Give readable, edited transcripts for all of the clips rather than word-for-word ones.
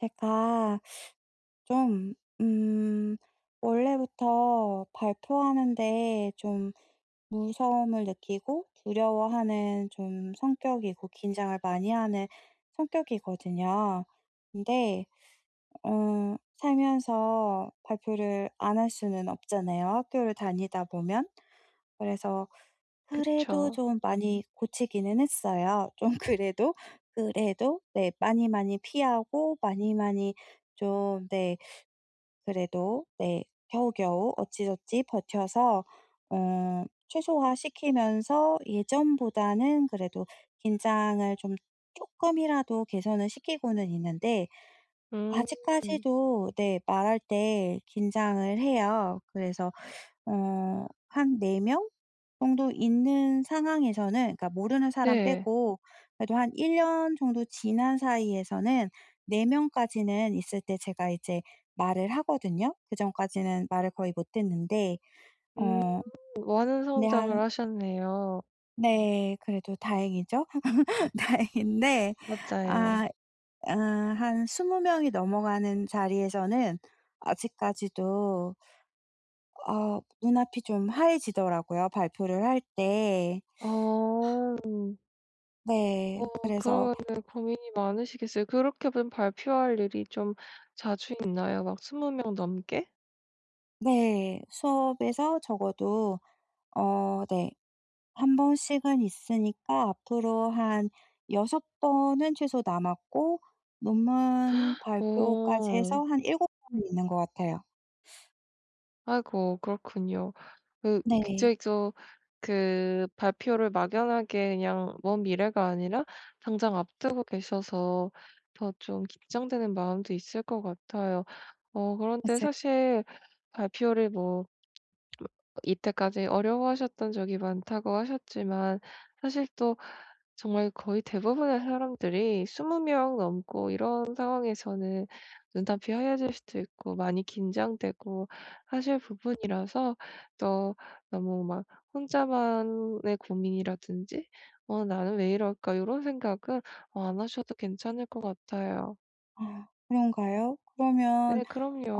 제가 좀, 음, 원래부터 발표하는데 좀 무서움을 느끼고 두려워하는 좀 성격이고 긴장을 많이 하는 성격이거든요. 근데 살면서 발표를 안 할 수는 없잖아요, 학교를 다니다 보면. 그래서 그래도 그쵸. 좀 많이 고치기는 했어요. 좀 그래도, 그래도 네 많이 많이 피하고 많이 많이 좀 네 그래도 네 겨우겨우 어찌저찌 버텨서 최소화시키면서 예전보다는 그래도 긴장을 좀 조금이라도 개선을 시키고는 있는데 음. 아직까지도 네 말할 때 긴장을 해요. 그래서 한 4명 정도 있는 상황에서는, 그러니까 모르는 사람 네. 빼고 그래도 한 1년 정도 지난 사이에서는 4 명까지는 있을 때 제가 이제 말을 하거든요. 그전까지는 말을 거의 못했는데 음. 어 많은 근데 성장을 한 하셨네요. 네, 그래도 다행이죠. 다행인데 맞아요. 아 아 한 스무 명이 넘어가는 자리에서는 아직까지도 눈앞이 좀 하얘지더라고요, 발표를 할 때. 어. 음. 네. 어 그래서. 그러면은 고민이 많으시겠어요. 그렇게 좀 발표할 일이 좀 자주 있나요? 막 20명 넘게? 네. 수업에서 적어도 네, 한 번씩은 있으니까 앞으로 한 6 번은 최소 남았고 논문 발표까지 오, 해서 한 7 번은 있는 것 같아요. 아이고 그렇군요. 그 네. 굉장히 좀그 발표를 막연하게 그냥 먼 미래가 아니라 당장 앞두고 계셔서 더 좀 긴장되는 마음도 있을 것 같아요. 그런데 맞아요. 사실 발표를 뭐 이때까지 어려워하셨던 적이 많다고 하셨지만 사실 또 정말 거의 대부분의 사람들이 20명 넘고 이런 상황에서는 눈앞이 하얘질 수도 있고 많이 긴장되고 하실 부분이라서, 또 너무 막 혼자만의 고민이라든지 '어 나는 왜 이럴까?' 이런 생각은 안 하셔도 괜찮을 것 같아요. 아, 그런가요? 그러면 네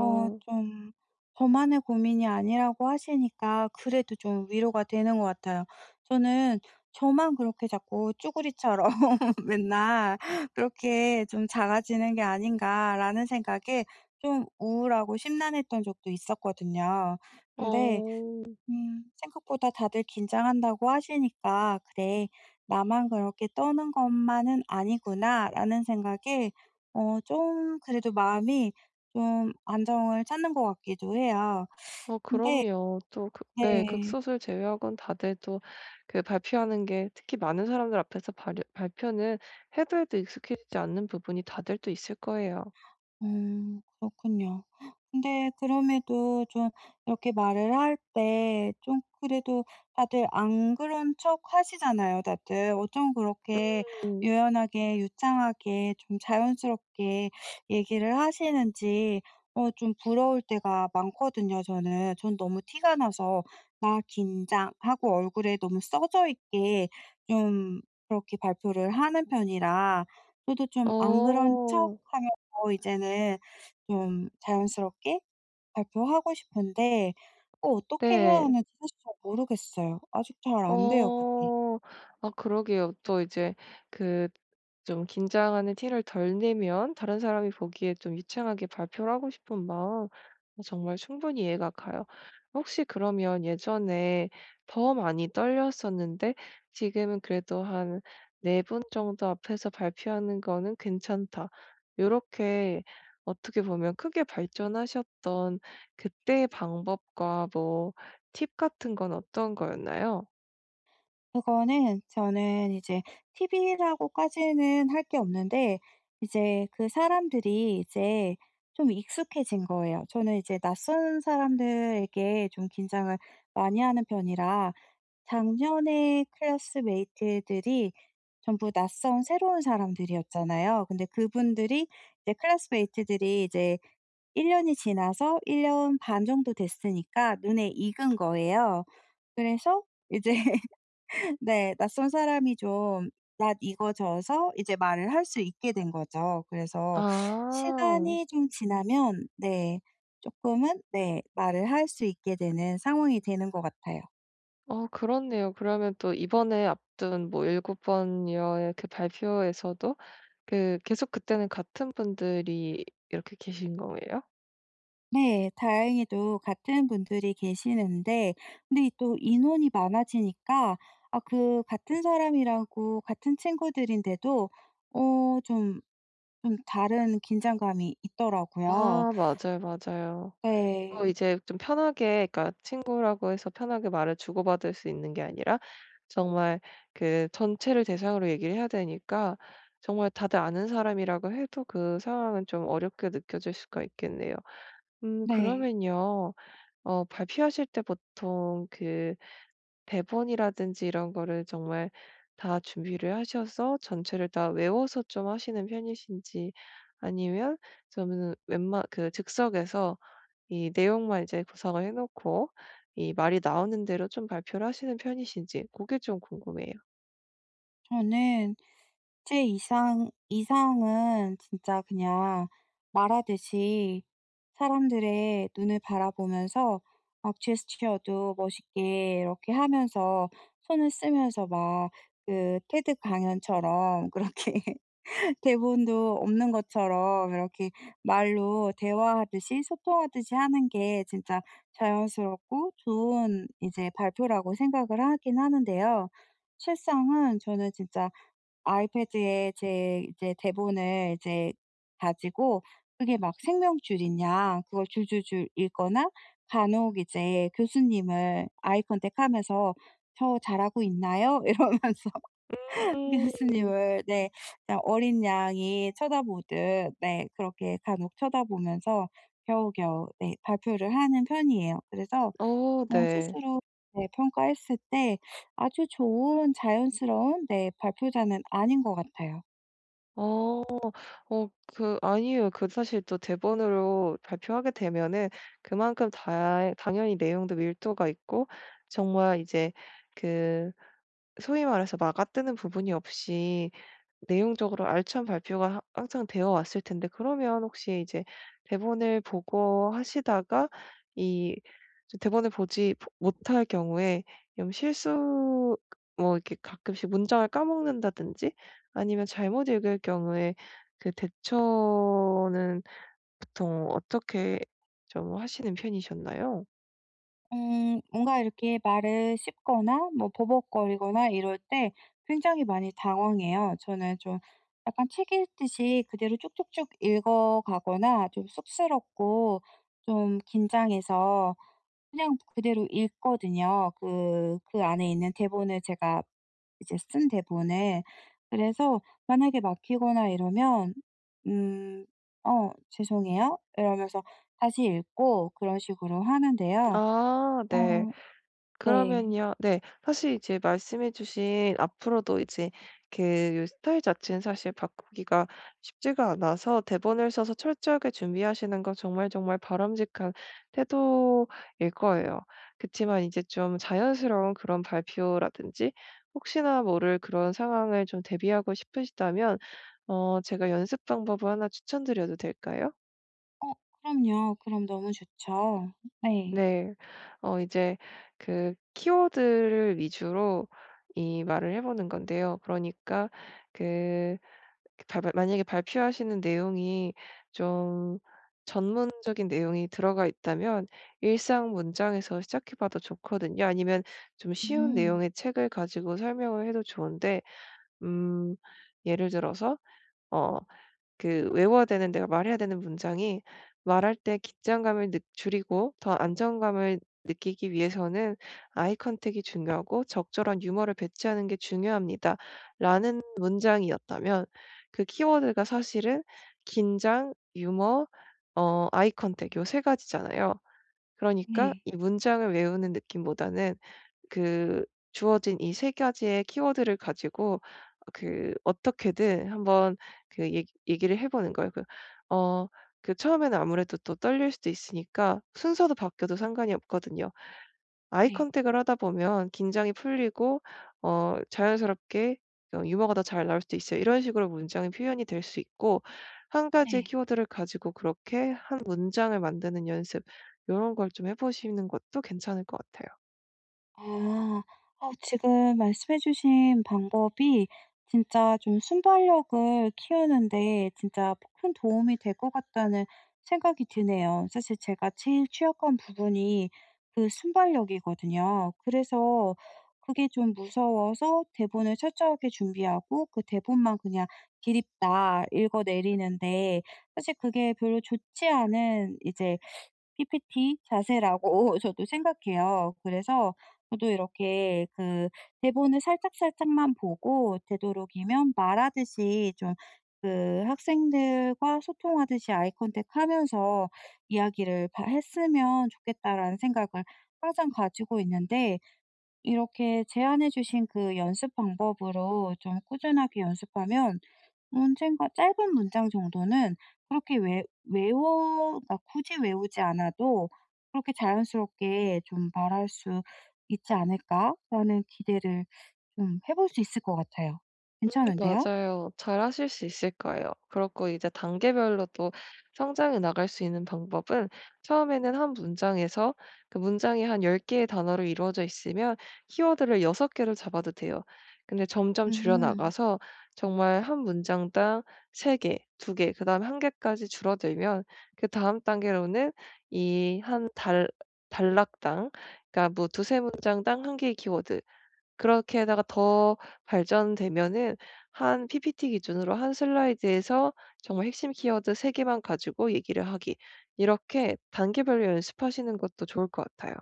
좀 저만의 고민이 아니라고 하시니까 그래도 좀 위로가 되는 것 같아요. 저는 저만 그렇게 자꾸 쭈구리처럼 맨날 그렇게 좀 작아지는 게 아닌가라는 생각에 좀 우울하고 심란했던 적도 있었거든요. 근데 어. 생각보다 다들 긴장한다고 하시니까 '그래. 나만 그렇게 떠는 것만은 아니구나.'라는 생각에 좀 그래도 마음이 좀 안정을 찾는 것 같기도 해요. 근데 그럼요. 또 극 네, 네. 극소수를 제외하고는 다들 또 그 발표하는 게, 특히 많은 사람들 앞에서 발 발표는 해도 해도 익숙해지지 않는 부분이 다들 또 있을 거예요. 그렇군요. 근데 그럼에도 좀 이렇게 말을 할 때 좀 그래도 다들 안 그런 척 하시잖아요, 다들. 어쩜 그렇게 유연하게 유창하게 좀 자연스럽게 얘기를 하시는지, 좀 부러울 때가 많거든요, 저는. 전 너무 티가 나서 '나 긴장.' 하고 얼굴에 너무 써져 있게 좀 그렇게 발표를 하는 편이라, 저도 좀 안 그런 척 어. 하면 이제는 좀 자연스럽게 발표하고 싶은데 어떻게 해야 네. 하는지 사실 잘 모르겠어요. 아직 잘 안 돼요, 그게. 어. 아 그러게요. 또 이제 그 좀 긴장하는 티를 덜 내면 다른 사람이 보기에 좀 유창하게 발표를 하고 싶은 마음, 정말 충분히 이해가 가요. 혹시 그러면 예전에 더 많이 떨렸었는데 지금은 그래도 한 4분 정도 앞에서 발표하는 거는 괜찮다, 요렇게 어떻게 보면 크게 발전하셨던 그때의 방법과 뭐 팁 같은 건 어떤 거였나요? 그거는 저는 이제 팁이라고까지는 할 게 없는데, 이제 그 사람들이 이제 좀 익숙해진 거예요. 저는 이제 낯선 사람들에게 좀 긴장을 많이 하는 편이라, 작년에 클래스메이트들이 전부 낯선 새로운 사람들이었잖아요. 근데 그분들이 이제, 클래스메이트들이 이제 1 년이 지나서 1년 반 정도 됐으니까 눈에 익은 거예요. 그래서 이제 네, 낯선 사람이 좀 낯 익어져서 이제 말을 할 수 있게 된 거죠. 그래서 아. 시간이 좀 지나면, 네, 조금은, 네, 말을 할 수 있게 되는 상황이 되는 것 같아요. 그렇네요. 그러면 또 이번에 앞둔 뭐 7 번여의 그 발표에서도 그 계속 그때는 같은 분들이 이렇게 계신 거예요? 네. 다행히도 같은 분들이 계시는데, 근데 이또 인원이 많아지니까 그 같은 사람이라고, 같은 친구들인데도 좀 다른 긴장감이 있더라고요. 아 맞아요, 맞아요. 또 네. 이제 좀 편하게, 그러니까 친구라고 해서 편하게 말을 주고받을 수 있는 게 아니라 정말 그 전체를 대상으로 얘기를 해야 되니까, 정말 다들 아는 사람이라고 해도 그 상황은 좀 어렵게 느껴질 수가 있겠네요. 네. 그러면요. 발표하실 때 보통 그 대본이라든지 이런 거를 정말 다 준비를 하셔서 전체를 다 외워서 좀 하시는 편이신지, 아니면 저는 웬만 그 즉석에서 이 내용만 이제 구상을 해 놓고 이 말이 나오는 대로 좀 발표를 하시는 편이신지 그게 좀 궁금해요. 저는 제 이상은 진짜 그냥 말하듯이 사람들의 눈을 바라보면서 막 제스처도 멋있게 이렇게 하면서, 손을 쓰면서 막 그 테드 강연처럼 그렇게 대본도 없는 것처럼 이렇게 말로 대화하듯이 소통하듯이 하는 게 진짜 자연스럽고 좋은 이제 발표라고 생각을 하긴 하는데요. 실상은 저는 진짜 아이패드에 제 이제 대본을 이제 가지고 그게 막 생명줄이냐 그걸 줄줄줄 읽거나, 간혹 이제 교수님을 아이 컨택하면서 "저 잘하고 있나요?" 이러면서 음. 교수님을, 네, 그냥 어린 양이 쳐다보듯 네, 그렇게 간혹 쳐다보면서 겨우겨우 네, 발표를 하는 편이에요. 그래서 네. 스스로 네, 평가했을 때 아주 좋은 자연스러운 네 발표자는 아닌 것 같아요. 어. 어 그 아니에요. 그 사실 또 대본으로 발표하게 되면은 그만큼 다 당연히 내용도 밀도가 있고 정말 이제 그 소위 말해서 막아뜨는 부분이 없이 내용적으로 알찬 발표가 하 항상 되어 왔을 텐데, 그러면 혹시 이제 대본을 보고 하시다가 이 대본을 보지 보 못할 경우에 좀 실수, 뭐 이렇게 가끔씩 문장을 까먹는다든지 아니면 잘못 읽을 경우에 그 대처는 보통 어떻게 좀 하시는 편이셨나요? 뭔가 이렇게 말을 씹거나 뭐 버벅거리거나 이럴 때 굉장히 많이 당황해요. 저는 좀 약간 책 읽듯이 그대로 쭉쭉쭉 읽어 가거나, 좀 쑥스럽고 좀 긴장해서 그냥 그대로 읽거든요. 그 안에 있는 대본을 제가 이제 쓴 대본을. 그래서 만약에 막히거나 이러면 음 "어 죄송해요." 이러면서 다시 읽고 그런 식으로 하는데요. 아 네. 어 네. 그러면요. 네. 사실 이제 말씀해 주신 앞으로도 이제 그 스타일 자체는 사실 바꾸기가 쉽지가 않아서 대본을 써서 철저하게 준비하시는 건 정말 정말 바람직한 태도일 거예요. 그치만 이제 좀 자연스러운 그런 발표라든지 혹시나 모를 그런 상황을 좀 대비하고 싶으시다면 제가 연습 방법을 하나 추천드려도 될까요? 어 그럼요. 그럼 너무 좋죠. 네. 네. 이제 그 키워드를 위주로 이 말을 해 보는 건데요. 그러니까 그 그 발 만약에 발표하시는 내용이 좀 전문적인 내용이 들어가 있다면 일상 문장에서 시작해 봐도 좋거든요. 아니면 좀 쉬운 음. 내용의 책을 가지고 설명을 해도 좋은데, 음 예를 들어서 어 그 외워야 되는, 내가 말해야 되는 문장이 '말할 때 긴장감을 느 줄이고 더 안정감을 느끼기 위해서는 아이 컨택이 중요하고 적절한 유머를 배치하는 게 중요합니다.'라는 문장이었다면, 그 키워드가 사실은 긴장, 유머, 아이 컨택, 요 세 가지잖아요. 그러니까 네. 이 문장을 외우는 느낌보다는 그 주어진 이 3 가지의 키워드를 가지고 그 어떻게든 한번 그 얘기를 해 보는 거예요. 그 어 그 처음에는 아무래도 또 떨릴 수도 있으니까 순서도 바뀌어도 상관이 없거든요. 아이 네. 컨택을 하다 보면 긴장이 풀리고 자연스럽게 유머가 더 잘 나올 수도 있어요. 이런 식으로 문장이 표현이 될 수 있고, 한 가지의 네. 키워드를 가지고 그렇게 한 문장을 만드는 연습, 이런 걸 좀 해 보시는 것도 괜찮을 것 같아요. 아. 지금 말씀해 주신 방법이 진짜 좀 순발력을 키우는데 진짜 큰 도움이 될 것 같다는 생각이 드네요. 사실 제가 제일 취약한 부분이 그 순발력이거든요. 그래서 그게 좀 무서워서 대본을 철저하게 준비하고 그 대본만 그냥 기립다 읽어내리는데, 사실 그게 별로 좋지 않은 이제 PPT 자세라고 저도 생각해요. 그래서 저도 이렇게 그 대본을 살짝살짝만 보고 되도록이면 말하듯이 좀 그 학생들과 소통하듯이 아이 컨택하면서 이야기를 바 했으면 좋겠다라는 생각을 항상 가지고 있는데, 이렇게 제안해 주신 그 연습 방법으로 좀 꾸준하게 연습하면 언젠가 짧은 문장 정도는 그렇게 외 외워 그러니까 굳이 외우지 않아도 그렇게 자연스럽게 좀 말할 수 있지 않을까라는 기대를 좀 해볼 수 있을 것 같아요. 괜찮은데요? 맞아요. 잘하실 수 있을 거예요. 그렇고 이제 단계별로 또 성장해 나갈 수 있는 방법은, 처음에는 한 문장에서 그 문장이 한 10 개의 단어로 이루어져 있으면 키워드를 6 개로 잡아도 돼요. 근데 점점 줄여 음. 나가서 정말 한 문장당 3 개, 2 개, 그다음에 1 개까지 줄어들면, 그다음 단계로는 이 한 달 단락당, 그러니까 뭐 2-3 문장당 1 개의 키워드, 그렇게다가 더 발전되면은 한 PPT 기준으로 한 슬라이드에서 정말 핵심 키워드 세 개만 가지고 얘기를 하기, 이렇게 단계별로 연습하시는 것도 좋을 것 같아요.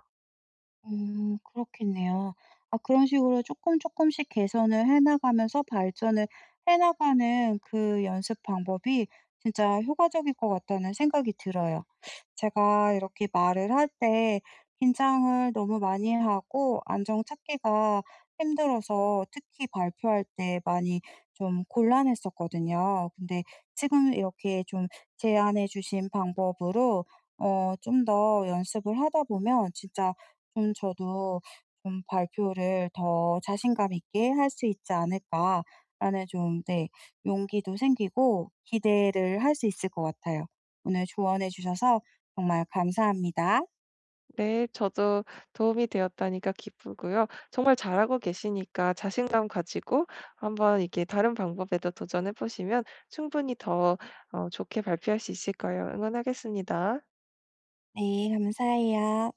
그렇겠네요. 아, 그런 식으로 조금 조금씩 개선을 해 나가면서 발전을 해 나가는 그 연습 방법이 진짜 효과적일 것 같다는 생각이 들어요. 제가 이렇게 말을 할 때 긴장을 너무 많이 하고 안정 찾기가 힘들어서 특히 발표할 때 많이 좀 곤란했었거든요. 근데 지금 이렇게 좀 제안해 주신 방법으로 좀 더 연습을 하다 보면 진짜 좀 저도 좀 '발표를 더 자신감 있게 할 수 있지 않을까.'라는 좀, 네, 용기도 생기고 기대를 할 수 있을 것 같아요. 오늘 조언해 주셔서 정말 감사합니다. 네, 저도 도움이 되었다니까 기쁘고요. 정말 잘하고 계시니까 자신감 가지고 한번 이렇게 다른 방법에도 도전해 보시면 충분히 더 좋게 발표할 수 있을 거예요. 응원하겠습니다. 네, 감사해요.